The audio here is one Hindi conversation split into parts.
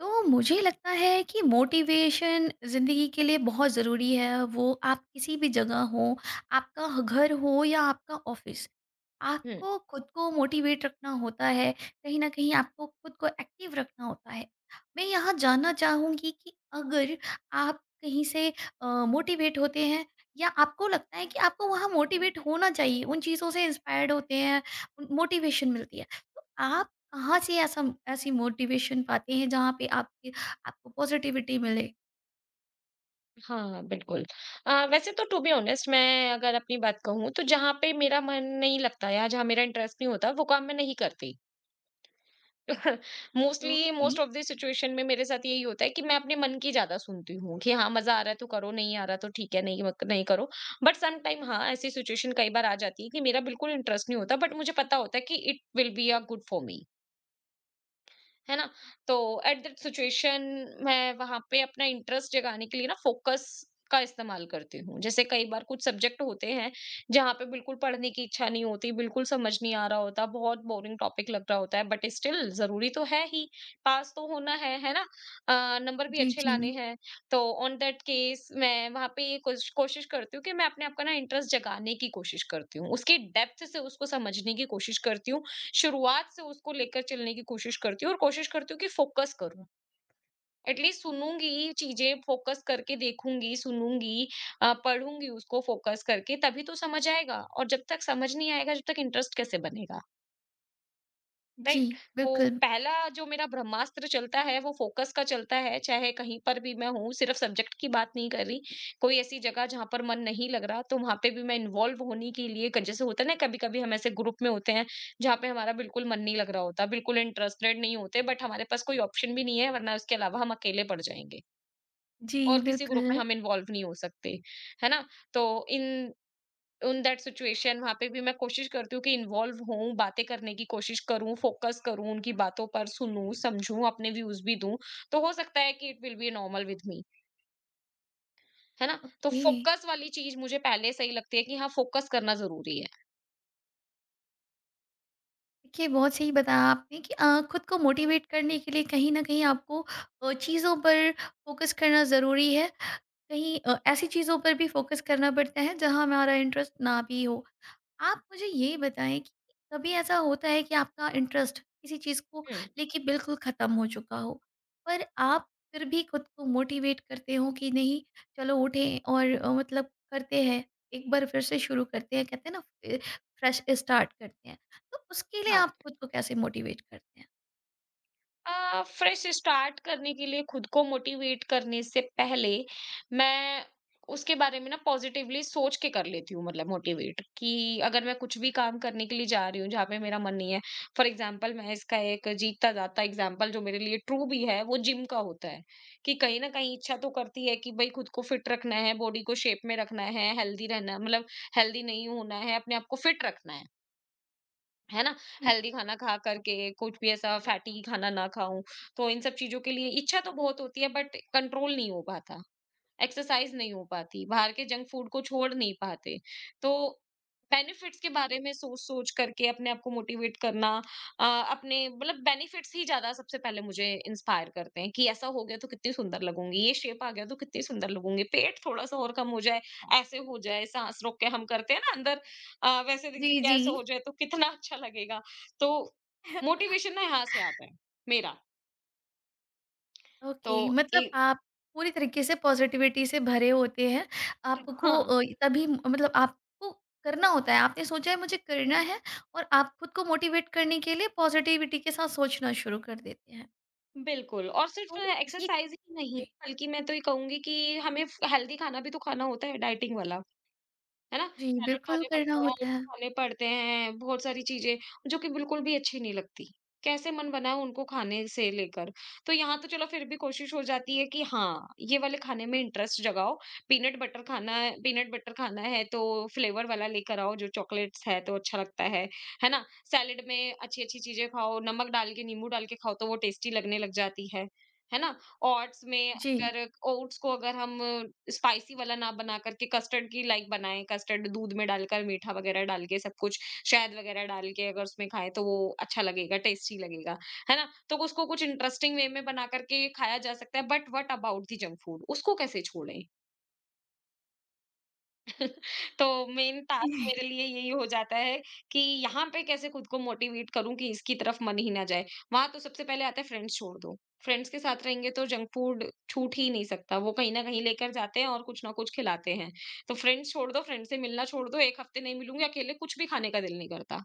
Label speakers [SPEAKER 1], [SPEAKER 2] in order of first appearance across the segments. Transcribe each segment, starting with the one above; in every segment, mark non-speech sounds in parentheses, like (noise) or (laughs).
[SPEAKER 1] तो मुझे लगता है कि मोटिवेशन ज़िंदगी के लिए बहुत ज़रूरी है। वो आप किसी भी जगह हो, आपका घर हो या आपका ऑफ़िस,
[SPEAKER 2] हुँ।
[SPEAKER 1] आपको खुद को मोटिवेट रखना होता है, कहीं न कहीं आपको खुद को एक्टिव रखना होता है। मैं यहाँ जानना चाहूँगी कि अगर आप कहीं से मोटिवेट होते हैं या आपको लगता है कि आपको वहाँ मोटिवेट होना चाहिए, उन चीज़ों से इंस्पायर्ड होते हैं, उन मोटिवेशन मिलती है। तो आप कहाँ से ऐसा ऐसी मोटिवेशन पाते हैं जहाँ पे आपके आपको पॉजिटिविटी मिले?
[SPEAKER 2] हाँ, बिल्कुल। वैसे तो टू बी ऑनेस्ट मैं अगर अपनी बात कहूँ तो जहाँ पे मेरा मन नहीं लगता या जहाँ मेरा इंटरेस्ट नहीं होता वो काम मैं नहीं करती। (laughs) Mostly
[SPEAKER 1] okay.
[SPEAKER 2] Most of the situation में मेरे साथ यही होता है कि मैं अपने मन की ज़्यादा सुनती हूँ कि हाँ, मज़ा आ रहा है तो करो, नहीं आ रहा तो ठीक है, नहीं मक नहीं करो। बट सम टाइम हाँ, ऐसी सिचुएशन कई बार आ जाती है कि मेरा बिल्कुल इंटरेस्ट नहीं होता बट मुझे पता होता है कि it will be a good for me. है ना? तो एट दैट सिचुएशन मैं वहाँ पे अपना इंटरेस्ट जगाने के लिए ना फोकस का इस्तेमाल करती हूँ। जैसे कई बार कुछ सब्जेक्ट होते हैं जहाँ पे बिल्कुल पढ़ने की इच्छा नहीं होती, बिल्कुल समझ नहीं आ रहा होता, बहुत बोरिंग टॉपिक लग रहा होता है बट स्टिल ज़रूरी तो है ही, पास तो होना है ना? नंबर भी
[SPEAKER 1] जी,
[SPEAKER 2] अच्छे लाने
[SPEAKER 1] जी।
[SPEAKER 2] हैं। तो ऑन दैट केस मैं वहाँ पे ये कोशिश करती हूँ कि मैं अपने आप का ना इंटरेस्ट जगाने की कोशिश करती हूँ। उसकी डेप्थ से उसको समझने की कोशिश करती हूँ, शुरुआत से उसको लेकर चलने की कोशिश करती हूँ और कोशिश करती हूँ कि फोकस करूँ। एटलीस्ट सुनूँगी चीज़ें, फोकस करके देखूँगी, सुनूँगी, पढ़ूँगी उसको फोकस करके तभी तो समझ आएगा और जब तक समझ नहीं आएगा, जब तक इंटरेस्ट कैसे बनेगा?
[SPEAKER 1] जी,
[SPEAKER 2] राइट। तो
[SPEAKER 1] बिल्कुल।
[SPEAKER 2] पहला जो मेरा ब्रह्मास्त्र चलता है वो फोकस का चलता है, चाहे कहीं पर भी मैं हूँ। सिर्फ सब्जेक्ट की बात नहीं कर रही, कोई ऐसी जगह जहाँ पर मन नहीं लग रहा तो वहां पे भी मैं इन्वॉल्व होने के लिए जैसे होता है ना, कभी कभी हम ऐसे ग्रुप में होते हैं जहाँ पे हमारा बिल्कुल मन नहीं लग रहा होता, बिल्कुल इंटरेस्टेड नहीं होते, बट हमारे पास कोई ऑप्शन भी नहीं है, वरना उसके अलावा हम अकेले पड़ जाएंगे
[SPEAKER 1] जी,
[SPEAKER 2] और किसी ग्रुप में
[SPEAKER 1] बिल्कुल।
[SPEAKER 2] हम इन्वॉल्व नहीं हो सकते, है ना? तो इन उन दैट सिचुएशन वहाँ पे भी मैं कोशिश करती हूँ कि इन्वॉल्व होऊँ, बातें करने की कोशिश करूँ, फोकस करूँ, उनकी बातों पर सुनूँ, समझूँ, अपने व्यूज़ भी दूँ, तो हो सकता है कि it will be normal with me, है ना? तो
[SPEAKER 1] ओके।
[SPEAKER 2] फोकस वाली चीज़ मुझे पहले सही लगती है कि हाँ, फोकस करना ज़रूरी है।
[SPEAKER 1] देखिए, बहुत सही बताया आपने कि खुद को मोटिवेट करने के लिए कहीं न कहीं आपको चीज़ों पर फ़ोकस करना ज़रूरी है। कहीं ऐसी चीज़ों पर भी फोकस करना पड़ता है जहाँ हमारा इंटरेस्ट ना भी हो। आप मुझे ये बताएँ कि कभी ऐसा होता है कि आपका इंटरेस्ट किसी चीज़ को
[SPEAKER 2] हुँ।
[SPEAKER 1] लेके बिल्कुल ख़त्म हो चुका हो, पर आप फिर भी खुद को मोटिवेट करते हो कि नहीं, चलो उठें और मतलब करते हैं, एक बार फिर से शुरू करते हैं, कहते हैं ना ए फ्रेश स्टार्ट करते हैं। तो उसके लिए
[SPEAKER 2] हाँ।
[SPEAKER 1] आप खुद को कैसे मोटिवेट करते हैं?
[SPEAKER 2] फ्रेश स्टार्ट करने के लिए खुद को मोटिवेट करने से पहले मैं उसके बारे में ना पॉजिटिवली सोच के कर लेती हूँ, मतलब मोटिवेट कि अगर मैं कुछ भी काम करने के लिए जा रही हूँ जहाँ पे मेरा मन नहीं है, फॉर एग्जाम्पल मैं इसका एक जीता जाता एग्जाम्पल जो मेरे लिए ट्रू भी है वो जिम का होता है कि कहीं ना कहीं इच्छा तो करती है कि भाई खुद को फिट रखना है, बॉडी को शेप में रखना है, हेल्दी रहना, मतलब हेल्दी नहीं होना है, अपने आप को फिट रखना है ना? हेल्दी खाना खा करके, कुछ भी ऐसा फैटी खाना ना खाऊँ, तो इन सब चीज़ों के लिए इच्छा तो बहुत होती है बट कंट्रोल नहीं हो पाता। एक्सरसाइज नहीं हो पाती, बाहर के जंक फूड को छोड़ नहीं पाते। तो बेनिफिट्स के बारे में सोच-सोच करके अपने आप को मोटिवेट करना, अपने मतलब बेनिफिट्स ही ज़्यादा सबसे पहले मुझे इंस्पायर करते हैं कि ऐसा हो गया तो कितनी सुंदर लगूँगी, ये शेप आ गया तो कितनी सुंदर लगूँगी, पेट थोड़ा-सा और कम हो जाए, ऐसे हो जाए, साँस रोक के हम करते हैं ना अंदर, वैसे दिख-दिख
[SPEAKER 1] जी,
[SPEAKER 2] के
[SPEAKER 1] जी।
[SPEAKER 2] ऐसे हो जाए तो कितना (laughs) अच्छा लगेगा। तो मोटिवेशन ना यहाँ से आता है, मेरा। तो
[SPEAKER 1] ओके, मतलब
[SPEAKER 2] ए,
[SPEAKER 1] आप पूरी तरीके से पॉजिटिविटी से भरे होते हैं। आपको
[SPEAKER 2] हाँ।
[SPEAKER 1] तभी मतलब आपको करना होता है, आपने सोचा है मुझे करना है और आप खुद को मोटिवेट करने के लिए पॉजिटिविटी के साथ सोचना शुरू कर देते हैं।
[SPEAKER 2] बिल्कुल, और
[SPEAKER 1] तो
[SPEAKER 2] सिर्फ
[SPEAKER 1] ये
[SPEAKER 2] एक्सरसाइज ही नहीं,
[SPEAKER 1] जी,
[SPEAKER 2] बल्कि मैं तो ये कहूँगी कि हमें फ हेल्दी खाना भी तो खाना होता है डाइटिंग वाला। है ना?
[SPEAKER 1] जी,
[SPEAKER 2] सैलेड
[SPEAKER 1] बिल्कुल, करना होता है
[SPEAKER 2] खाने पड़ते हैं, बहुत सारी चीज़ें जो कि बिल्कुल भी अच्छी नहीं लगती। कैसे मन बनाओ उनको खाने से लेकर। तो यहाँ तो चलो फिर भी कोशिश हो जाती है कि हाँ, ये वाले खाने में इंटरेस्ट जगाओ। पीनट बटर खाना है तो फ्लेवर वाला लेकर आओ, जो चॉकलेट्स है तो अच्छा लगता है। है ना? सैलेड में अच्छी-अच्छी चीज़ें खाओ, नमक डाल के, नींबू डाल के खाओ तो वो टेस्टी लगने लग जाती है। है ना? ओट्स में
[SPEAKER 1] जी।
[SPEAKER 2] बनाकर ओट्स को अगर हम स्पाइसी वाला ना बना करके कस्टर्ड की लाइक बनाएँ, कस्टर्ड दूध में डालकर मीठा वगैरह डाल के सब कुछ, शहद वगैरह डाल के अगर उसमें खाएँ तो वो अच्छा लगेगा, टेस्टी लगेगा, है ना? तो उसको कुछ इंटरेस्टिंग वे में बना करके खाया जा सकता है, but what about the junk food, उसको कैसे छोड़ें? तो मेन टास्क मेरे लिए यही हो जाता है कि यहाँ पे कैसे खुद को मोटिवेट करूं कि इसकी तरफ मन ही ना जाए। वहां तो सबसे पहले आता है फ्रेंड्स छोड़ दो, फ्रेंड्स के साथ रहेंगे तो जंक फूड छूट ही नहीं सकता, वो कहीं ना कहीं लेकर जाते हैं और कुछ ना कुछ खिलाते हैं। तो फ्रेंड्स छोड़ दो, फ्रेंड से मिलना छोड़ दो, एक हफ्ते नहीं मिलूंगी, अकेले कुछ भी खाने का दिल नहीं करता।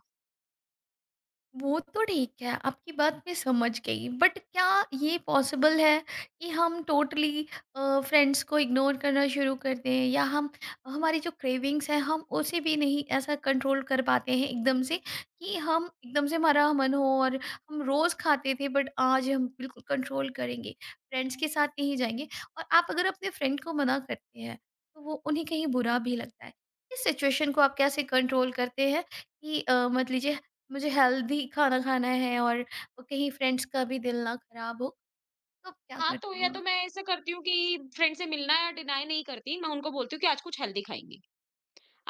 [SPEAKER 1] वो तो ठीक है, आपकी बात मैं समझ गई। बट क्या ये पॉसिबल है कि हम टोटली फ्रेंड्स को इग्नोर करना शुरू कर दें या हम हमारी जो क्रेविंग्स हैं हम उसे भी नहीं ऐसा कंट्रोल कर पाते हैं एकदम से कि हम एकदम से हमारा मन हो और हम रोज़ खाते थे बट आज हम बिल्कुल कंट्रोल करेंगे, फ्रेंड्स के साथ नहीं जाएँगे। और आप अगर अपने फ्रेंड को मना करते हैं, तो वो उन्हें कहीं बुरा भी लगता है। इस सिचुएशन को आप कैसे कंट्रोल करते हैं कि अ, मत लीजिए मुझे हेल्दी खाना खाना है और कहीं फ्रेंड्स का भी दिल ना खराब हो, तो क्या
[SPEAKER 2] हाँ, तो
[SPEAKER 1] करते
[SPEAKER 2] या
[SPEAKER 1] हो
[SPEAKER 2] तो
[SPEAKER 1] आप?
[SPEAKER 2] मैं ऐसा करती हूँ कि फ्रेंड से मिलना डिनाई नहीं करती, मैं उनको बोलती हूँ कि आज कुछ हेल्दी खाएंगे,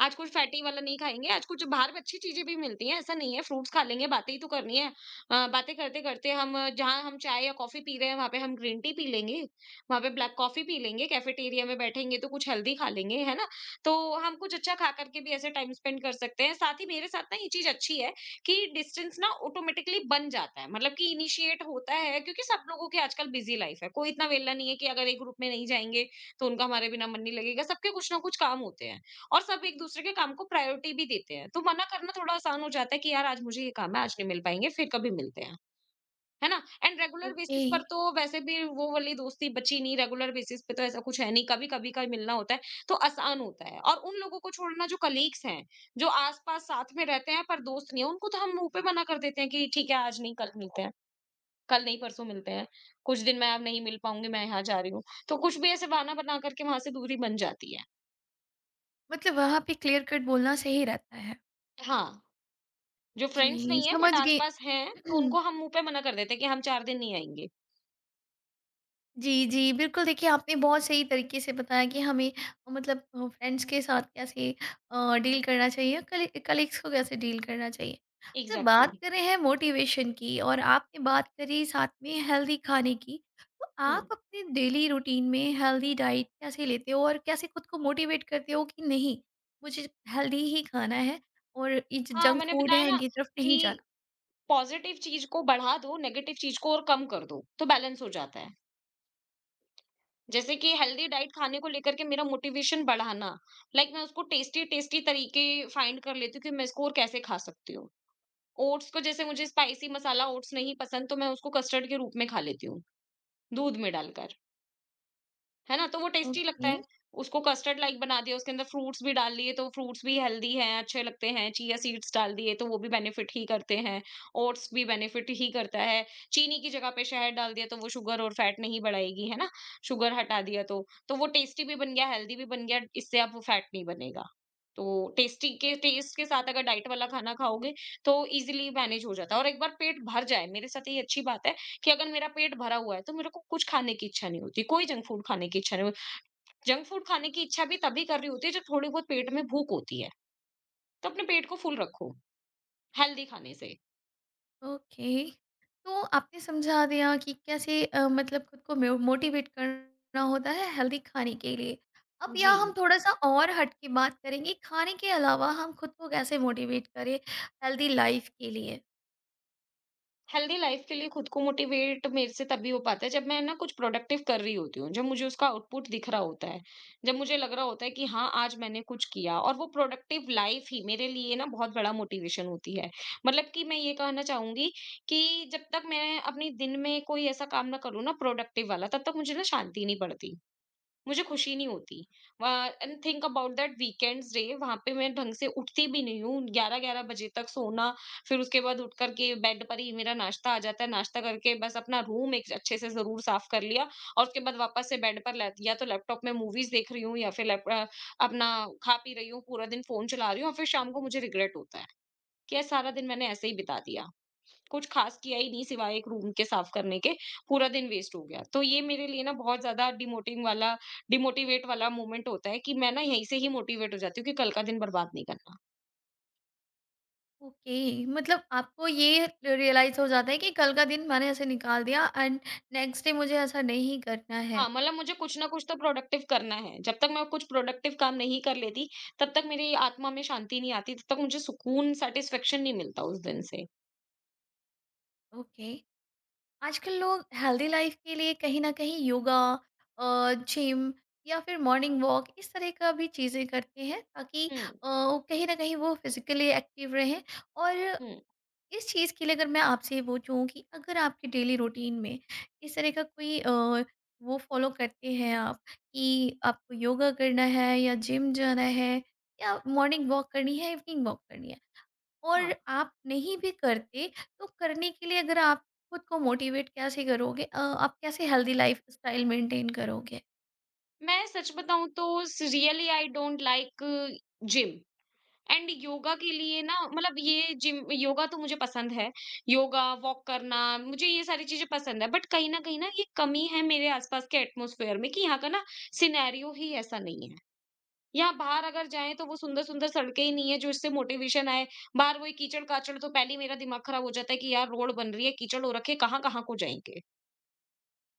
[SPEAKER 2] आज कुछ फैटी वाला नहीं खाएँगे, आज कुछ बाहर भी अच्छी चीज़ें भी मिलती हैं, ऐसा नहीं है, फ्रूट्स खा लेंगे, बातें ही तो करनी है। बातें करते-करते हम जहाँ हम चाय या कॉफ़ी पी रहे हैं, वहाँ पे हम ग्रीन टी पी लेंगे, वहाँ पे ब्लैक कॉफ़ी पी लेंगे, कैफ़ेटेरिया में बैठेंगे तो कुछ हेल्दी खा लेंगे, है ना? तो हम कुछ अच्छा खा कर के भी ऐसे टाइम स्पेंड कर सकते हैं। साथ ही मेरे साथ ना ये चीज़ अच्छी है कि डिस्टेंस ना ऑटोमेटिकली बन जाता है, मतलब कि इनिशिएट होता है, क्योंकि सब लोगों की आजकल बिज़ी लाइफ़ है। कोई इतना वेला नहीं है कि अगर एक ग्रुप में नहीं जाएँगे, तो उनका हमारे बिना मन नहीं लगेगा, सबके कुछ ना कुछ काम होते हैं। और सब एक-दूसरे के काम को प्रायोरिटी भी देते हैं। तो मना करना थोड़ा आसान हो जाता है कि यार आज मुझे ये काम है, आज नहीं मिल पाएँगे, फिर कभी मिलते हैं। है ना? एंड रेगुलर
[SPEAKER 1] ओके,
[SPEAKER 2] बेसिस पर तो वैसे भी वो वाली दोस्ती बची नहीं, रेगुलर बेसिस पे तो ऐसा कुछ है नहीं, कभी-कभी का मिलना होता है, तो आसान होता है। और उन लोगों को छोड़ना जो कलीग्स हैं, जो आस-पास साथ में रहते हैं पर दोस्त नहीं है, उनको तो हम मुँह पे मना कर देते हैं कि ठीक है आज नहीं, कल मिलते हैं, कल नहीं परसों मिलते हैं, कुछ दिन मैं अब नहीं मिल पाऊँगी, मैं यहाँ जा रही हूँ। तो कुछ भी ऐसे बहाना बना करके वहाँ से दूरी बन जाती है।
[SPEAKER 1] मतलब वहाँ पे क्लियर कट बोलना सही रहता है।
[SPEAKER 2] हाँ। जो फ्रेंड्स
[SPEAKER 1] जी,
[SPEAKER 2] नहीं है
[SPEAKER 1] समझ
[SPEAKER 2] बट
[SPEAKER 1] गई।
[SPEAKER 2] आस-पास हैं, तो उनको
[SPEAKER 1] (clears throat)
[SPEAKER 2] हम मुँह पे मना कर देते हैं कि हम 4 दिन नहीं आएँगे।
[SPEAKER 1] जी, जी। बिल्कुल, देखिए आपने बहुत सही तरीके से बताया कि हमें मतलब फ्रेंड्स के साथ कैसे डील करना चाहिए, कलीग्स को कैसे डील करना चाहिए। अच्छा, बात
[SPEAKER 2] एग्ज़ैक्टली।
[SPEAKER 1] कर रहे हैं मोटिवेशन की और आपने बात करी साथ में हेल्दी खाने की, तो
[SPEAKER 2] हुँ।
[SPEAKER 1] आप अपने डेली रूटीन में हेल्दी डाइट कैसे लेते हो और कैसे खुद को मोटिवेट करते हो कि नहीं, मुझे हेल्दी ही खाना है और ये जो
[SPEAKER 2] हाँ,
[SPEAKER 1] जंक
[SPEAKER 2] मैंने
[SPEAKER 1] फूड
[SPEAKER 2] बताया
[SPEAKER 1] है
[SPEAKER 2] ना
[SPEAKER 1] इनकी तरफ नहीं
[SPEAKER 2] कि
[SPEAKER 1] जाना?
[SPEAKER 2] पॉज़िटिव चीज़ को बढ़ा दो, नेगेटिव चीज़ को और कम कर दो, तो बैलेंस हो जाता है। जैसे कि हेल्दी डाइट खाने को लेकर के मेरा मोटिवेशन बढ़ाना, लाइक मैं उसको टेस्टी-टेस्टी तरीके फाइंड कर लेती हूँ कि मैं इसको और कैसे खा सकती हूँ। ओट्स को जैसे मुझे स्पाइसी मसाला ओट्स नहीं पसंद, तो मैं उसको कस्टर्ड के रूप में खा लेती हूँ, दूध में डालकर। है ना? तो वो टेस्टी लगता
[SPEAKER 1] ओके।
[SPEAKER 2] है। उसको कस्टर्ड लाइक बना दिया, उसके अंदर फ्रूट्स भी डाल दिए, तो फ्रूट्स भी हेल्दी हैं, अच्छे लगते हैं। चिया सीड्स डाल दिए, तो वो भी बेनिफिट ही करते हैं। ओट्स भी बेनिफिट ही करता है। चीनी की जगह पे शहद डाल दिया, तो वो शुगर और फैट नहीं बढ़ाएगी, है ना? शुगर हटा दिया तो। तो वो टेस्टी भी बन गया, हेल्दी भी बन गया, इससे अब वो फैट नहीं बनेगा। तो टेस्टी के टेस्ट के साथ अगर डाइट वाला खाना खाओगे, तो ईज़िली मैनेज हो जाता है और एक बार पेट भर जाए, मेरे साथ ये अच्छी बात है कि अगर मेरा पेट भरा हुआ है तो मेरे को कुछ खाने की इच्छा नहीं होती, कोई जंक फूड खाने की इच्छा नहीं होती। जंक फूड खाने की इच्छा भी तभी कर रही होती है जब थोड़ी बहुत पेट में भूख होती है, तो अपने पेट को फुल रखो हेल्दी खाने से।
[SPEAKER 1] ओके, तो आपने समझा दिया कि कैसे मतलब खुद को मोटिवेट करना होता है हेल्दी खाने के लिए। अब
[SPEAKER 2] जी।
[SPEAKER 1] यहाँ हम थोड़ा सा और हट के बात करेंगे, खाने के अलावा हम खुद को कैसे मोटिवेट करें हेल्दी लाइफ के लिए।
[SPEAKER 2] हेल्दी लाइफ के लिए खुद को मोटिवेट मेरे से तभी हो पाता है जब मैं ना कुछ प्रोडक्टिव कर रही होती हूँ, जब मुझे उसका आउटपुट दिख रहा होता है, जब मुझे लग रहा होता है कि हाँ आज मैंने कुछ किया, और वो प्रोडक्टिव लाइफ ही मेरे लिए ना बहुत बड़ा मोटिवेशन होती है। मतलब कि मैं ये कहना चाहूंगी कि जब तक मैं अपनी दिन में कोई ऐसा काम ना करूँ ना प्रोडक्टिव वाला, तब तक मुझे ना शांति नहीं पड़ती, मुझे खुशी नहीं होती। And think about that weekends day, वहां पे मैं ढंग से उठती भी नहीं हूँ, 11-11 बजे तक सोना। फिर उसके बाद उठ करके बेड पर ही मेरा नाश्ता आ जाता है, नाश्ता करके बस अपना रूम एक अच्छे से जरूर साफ कर लिया, और उसके बाद वापस से बेड पर या तो लैपटॉप में मूवीज देख रही हूँ, या फिर अपना खा पी रही हूँ, पूरा दिन फोन चला रही हूँ, और फिर शाम को मुझे रिग्रेट होता है कि यार सारा दिन मैंने ऐसे ही बिता दिया, कुछ खास किया ही नहीं सिवाय एक रूम के साफ करने के, पूरा दिन वेस्ट हो गया। तो ये मेरे लिए ना बहुत ज़्यादा डिमोटिंग वाला डिमोटिवेट वाला मोमेंट होता है कि मैं ना यहीं से ही मोटिवेट हो जाती हूँ कि कल का दिन बर्बाद नहीं करना।
[SPEAKER 1] ओके, मतलब आपको ये रियलाइज हो जाता है कि कल का दिन मैंने ऐसे निकाल दिया एंड नेक्स्ट डे मुझे ऐसा नहीं करना है।
[SPEAKER 2] हाँ, मतलब मुझे कुछ ना कुछ तो प्रोडक्टिव करना है। जब तक मैं कुछ प्रोडक्टिव काम नहीं कर लेती, तब तक मेरी आत्मा में शांति नहीं आती, तब तक मुझे सुकून, सैटिस्फैक्शन नहीं मिलता उस दिन से।
[SPEAKER 1] ओके। आजकल लोग हेल्दी लाइफ के लिए कहीं ना कहीं योगा, जिम या फिर मॉर्निंग वॉक इस तरह का भी चीज़ें करते हैं ताकि
[SPEAKER 2] हुँ,
[SPEAKER 1] कहीं ना कहीं वो फिजिकली एक्टिव रहें और
[SPEAKER 2] हुँ,
[SPEAKER 1] इस चीज़ के लिए अगर मैं आपसे ये पूछूं कि अगर आपके डेली रूटीन में इस तरह का कोई वो फॉलो करते हैं आप कि आपको योगा करना है या जिम जाना है या मॉर्निंग वॉक करनी है इवनिंग वॉक करनी है
[SPEAKER 2] हाँ।
[SPEAKER 1] और आप नहीं भी करते, तो करने के लिए अगर आप खुद को मोटिवेट कैसे करोगे? आप कैसे हेल्दी लाइफ स्टाइल मेंटेन करोगे?
[SPEAKER 2] मैं सच बताऊँ तो स really I don't like gym. And yoga के लिए ना, मतलब ये जिम योगा तो मुझे पसंद है। योगा, वॉक करना, मुझे ये सारी चीज़ें पसंद है। बट कहीं न कहीं ना ये कमी है मेरे आस-पास के एटमॉस्फेयर में कि यहाँ का ना सिनेरियो ही ऐसा नहीं है। यहाँ बाहर अगर जाएँ तो वो सुंदर-सुंदर सड़कें ही नहीं है जो इससे मोटिवेशन आए। बाहर वही कीचड़-काचड़, तो पहले ही मेरा दिमाग खराब हो जाता है कि यार रोड बन रही है, कीचड़ हो रखी है, कहाँ-कहाँ को जाएँगे।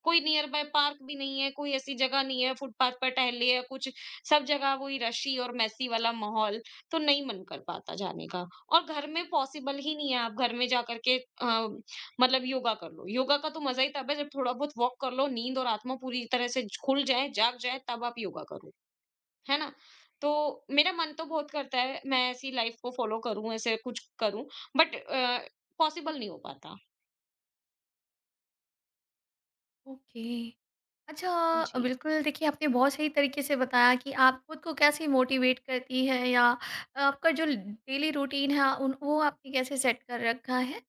[SPEAKER 2] कोई नियर बाय पार्क भी नहीं है, कोई ऐसी जगह नहीं है फुटपाथ पर टहलिए या कुछ, सब जगह वही रशी और मेसी वाला माहौल, तो नहीं मन कर पाता जाने का। और घर में पॉसिबल ही नहीं है, आप घर में जा कर के मतलब योगा कर लो। योगा का तो मज़ा ही तब है जब थोड़ा बहुत वॉक कर लो, नींद और आत्मा पूरी तरह से खुल जाए, जाग जाए, तब आप योगा करो, है ना? तो मेरा मन तो बहुत करता है, मैं ऐसी लाइफ को फॉलो करूँ, ऐसे कुछ करूँ, बट अ, पॉसिबल नहीं हो पाता।
[SPEAKER 1] ओके। अच्छा।
[SPEAKER 2] जी,
[SPEAKER 1] बिल्कुल, देखिए आपने बहुत सही तरीके से बताया कि आप खुद को कैसे मोटिवेट करती हैं या आपका जो डेली रूटीन है उन वो आपने कैसे सेट कर रखा है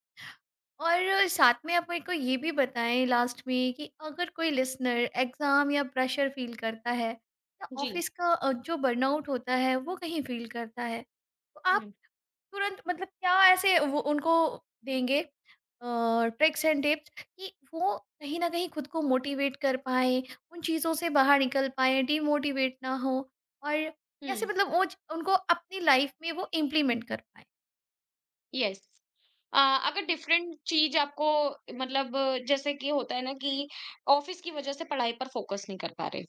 [SPEAKER 1] और साथ में आप मेरे को ये भी बताएँ लास्ट में कि अगर कोई लिसनर एग्ज़ाम या प्रेशर फ़ील करता है या
[SPEAKER 2] जी।
[SPEAKER 1] ऑफ़िस का जो बर्नआउट होता है वो कहीं फ़ील करता है, तो आप
[SPEAKER 2] हुँ,
[SPEAKER 1] तुरंत मतलब क्या ऐसे वो उनको देंगे ट्रिक्स एंड टिप्स कि वो कहीं न कहीं खुद को मोटिवेट कर पाएँ, उन चीज़ों से बाहर निकल पाएँ, डीमोटिवेट ना हों और
[SPEAKER 2] हुँ।
[SPEAKER 1] कैसे, मतलब वो च उनको अपनी लाइफ़ में वो इम्प्लीमेंट कर पाएँ?
[SPEAKER 2] यस। अ, अगर डिफरेंट चीज़ आपको मतलब, जैसे कि होता है ना कि ऑफिस की वजह से पढ़ाई पर फोकस नहीं कर पा रहे।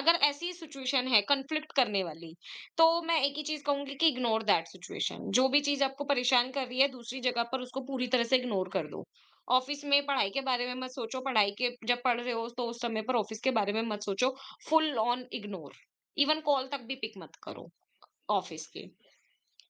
[SPEAKER 2] अगर ऐसी सिचुएशन है कॉन्फ्लिक्ट करने वाली, तो मैं एक ही चीज़ कहूँगी कि इग्नोर दैट सिचुएशन। जो भी चीज़ आपको परेशान कर रही है, दूसरी जगह पर उसको पूरी तरह से इग्नोर कर दो। ऑफिस में पढ़ाई के बारे में मत सोचो, पढ़ाई के जब पढ़ रहे हो तो उस समय पर ऑफिस के बारे में मत सोचो, full on ignore. Even call तक भी पिक मत करो ऑफिस के।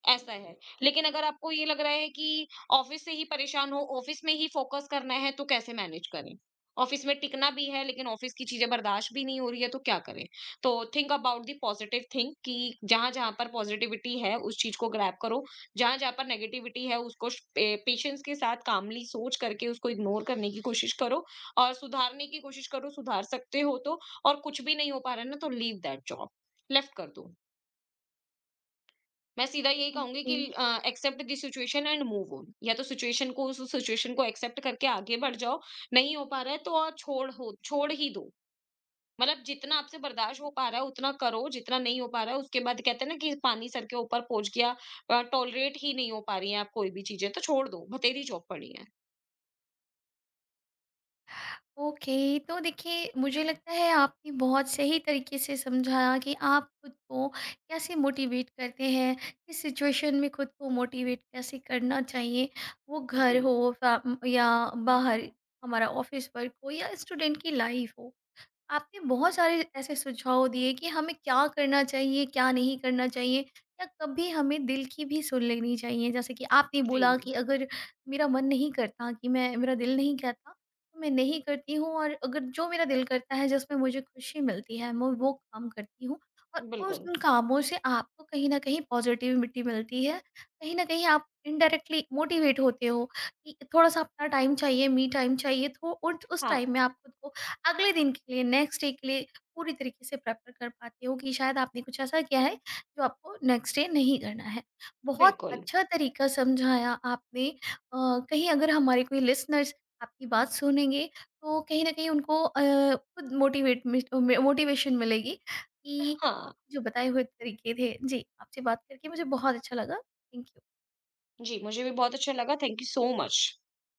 [SPEAKER 2] ऐसा है। लेकिन अगर आपको ये लग रहा है कि ऑफिस से ही परेशान हो, ऑफिस में ही फ़ोकस करना है तो कैसे मैनेज करें? ऑफिस में टिकना भी है लेकिन ऑफिस की चीज़ें बर्दाश्त भी नहीं हो रही है तो क्या करें? तो think about the positive thing, कि जहाँ-जहाँ पर पॉजिटिविटी है उस चीज़ को ग्रैब करो, जहाँ-जहाँ पर नेगेटिविटी है उसको श पे पेशेंस के साथ कामली सोच करके उसको इग्नोर करने की कोशिश करो और सुधारने की कोशिश करो, सुधार सकते हो तो। और कुछ भी नहीं हो पा रहा है ना, तो लीव दैट जॉब, लेफ्ट कर दो। मैं सीधा यही कहूँगी
[SPEAKER 1] ओके।
[SPEAKER 2] कि accept the situation and move on. या तो सिचुएशन को, उस सिचुएशन को एक्सेप्ट करके आगे बढ़ जाओ, नहीं हो पा रहा है तो और छोड़ ही दो। मतलब जितना आपसे बर्दाश्त हो पा रहा है उतना करो, जितना नहीं हो पा रहा है उसके बाद, कहते हैं ना कि पानी सर के ऊपर पहुँच गया, टॉलरेट ही नहीं हो पा रही हैं आप कोई भी चीज़ें, तो छोड़ दो, भतेरी चौक पड़ी हैं।
[SPEAKER 1] ओके, तो देखिए मुझे लगता है आपने बहुत सही तरीके से समझाया कि आप खुद को कैसे मोटिवेट करते हैं, किस सिचुएशन में खुद को मोटिवेट कैसे करना चाहिए, वो घर
[SPEAKER 2] जी,
[SPEAKER 1] हो या बाहर, हमारा ऑफिस वर्क हो या स्टूडेंट की लाइफ हो। आपने बहुत सारे ऐसे सुझाव दिए कि हमें क्या करना चाहिए, क्या नहीं करना चाहिए या कभी हमें दिल की भी सुन लेनी चाहिए। जैसे कि आपने
[SPEAKER 2] जी,
[SPEAKER 1] बोला कि अगर मेरा मन नहीं करता कि मैं मेरा दिल नहीं कहता, तो मैं नहीं करती हूँ और अगर जो मेरा दिल करता है जिसमें मुझे खुशी मिलती है, मैं वो काम करती हूँ और उस
[SPEAKER 2] बिल्कुल।
[SPEAKER 1] उन कामों से आपको कहीं न कहीं पॉज़िटिविटी मिलती है। कहीं न कहीं आप इनडायरेक्टली मोटिवेट होते हो कि थोड़ा-सा अपना टाइम चाहिए, मी टाइम चाहिए, थो उट उस
[SPEAKER 2] हाँ,
[SPEAKER 1] टाइम में आप खुद को अगले दिन के लिए, नेक्स्ट डे के लिए पूरी तरीके से प्रेपर कर पाते हो कि शायद आपने कुछ ऐसा किया है जो आपको नेक्स्ट डे नहीं करना है। बहुत
[SPEAKER 2] बिल्कुल।
[SPEAKER 1] अच्छा तरीका समझाया आपने। कहीं अगर हमारे कोई लिसनर्स आपकी बात सुनेंगे तो कहीं न कहीं उनको अ, खुद मोटिवेट मिस अ, मे मोटिवेशन मिलेगी कि
[SPEAKER 2] हाँ,
[SPEAKER 1] आपके जो बताए हुए तरीके थे। जी, आपसे बात करके मुझे बहुत अच्छा लगा। Thank you.
[SPEAKER 2] जी मुझे भी बहुत अच्छा लगा। Thank you so much.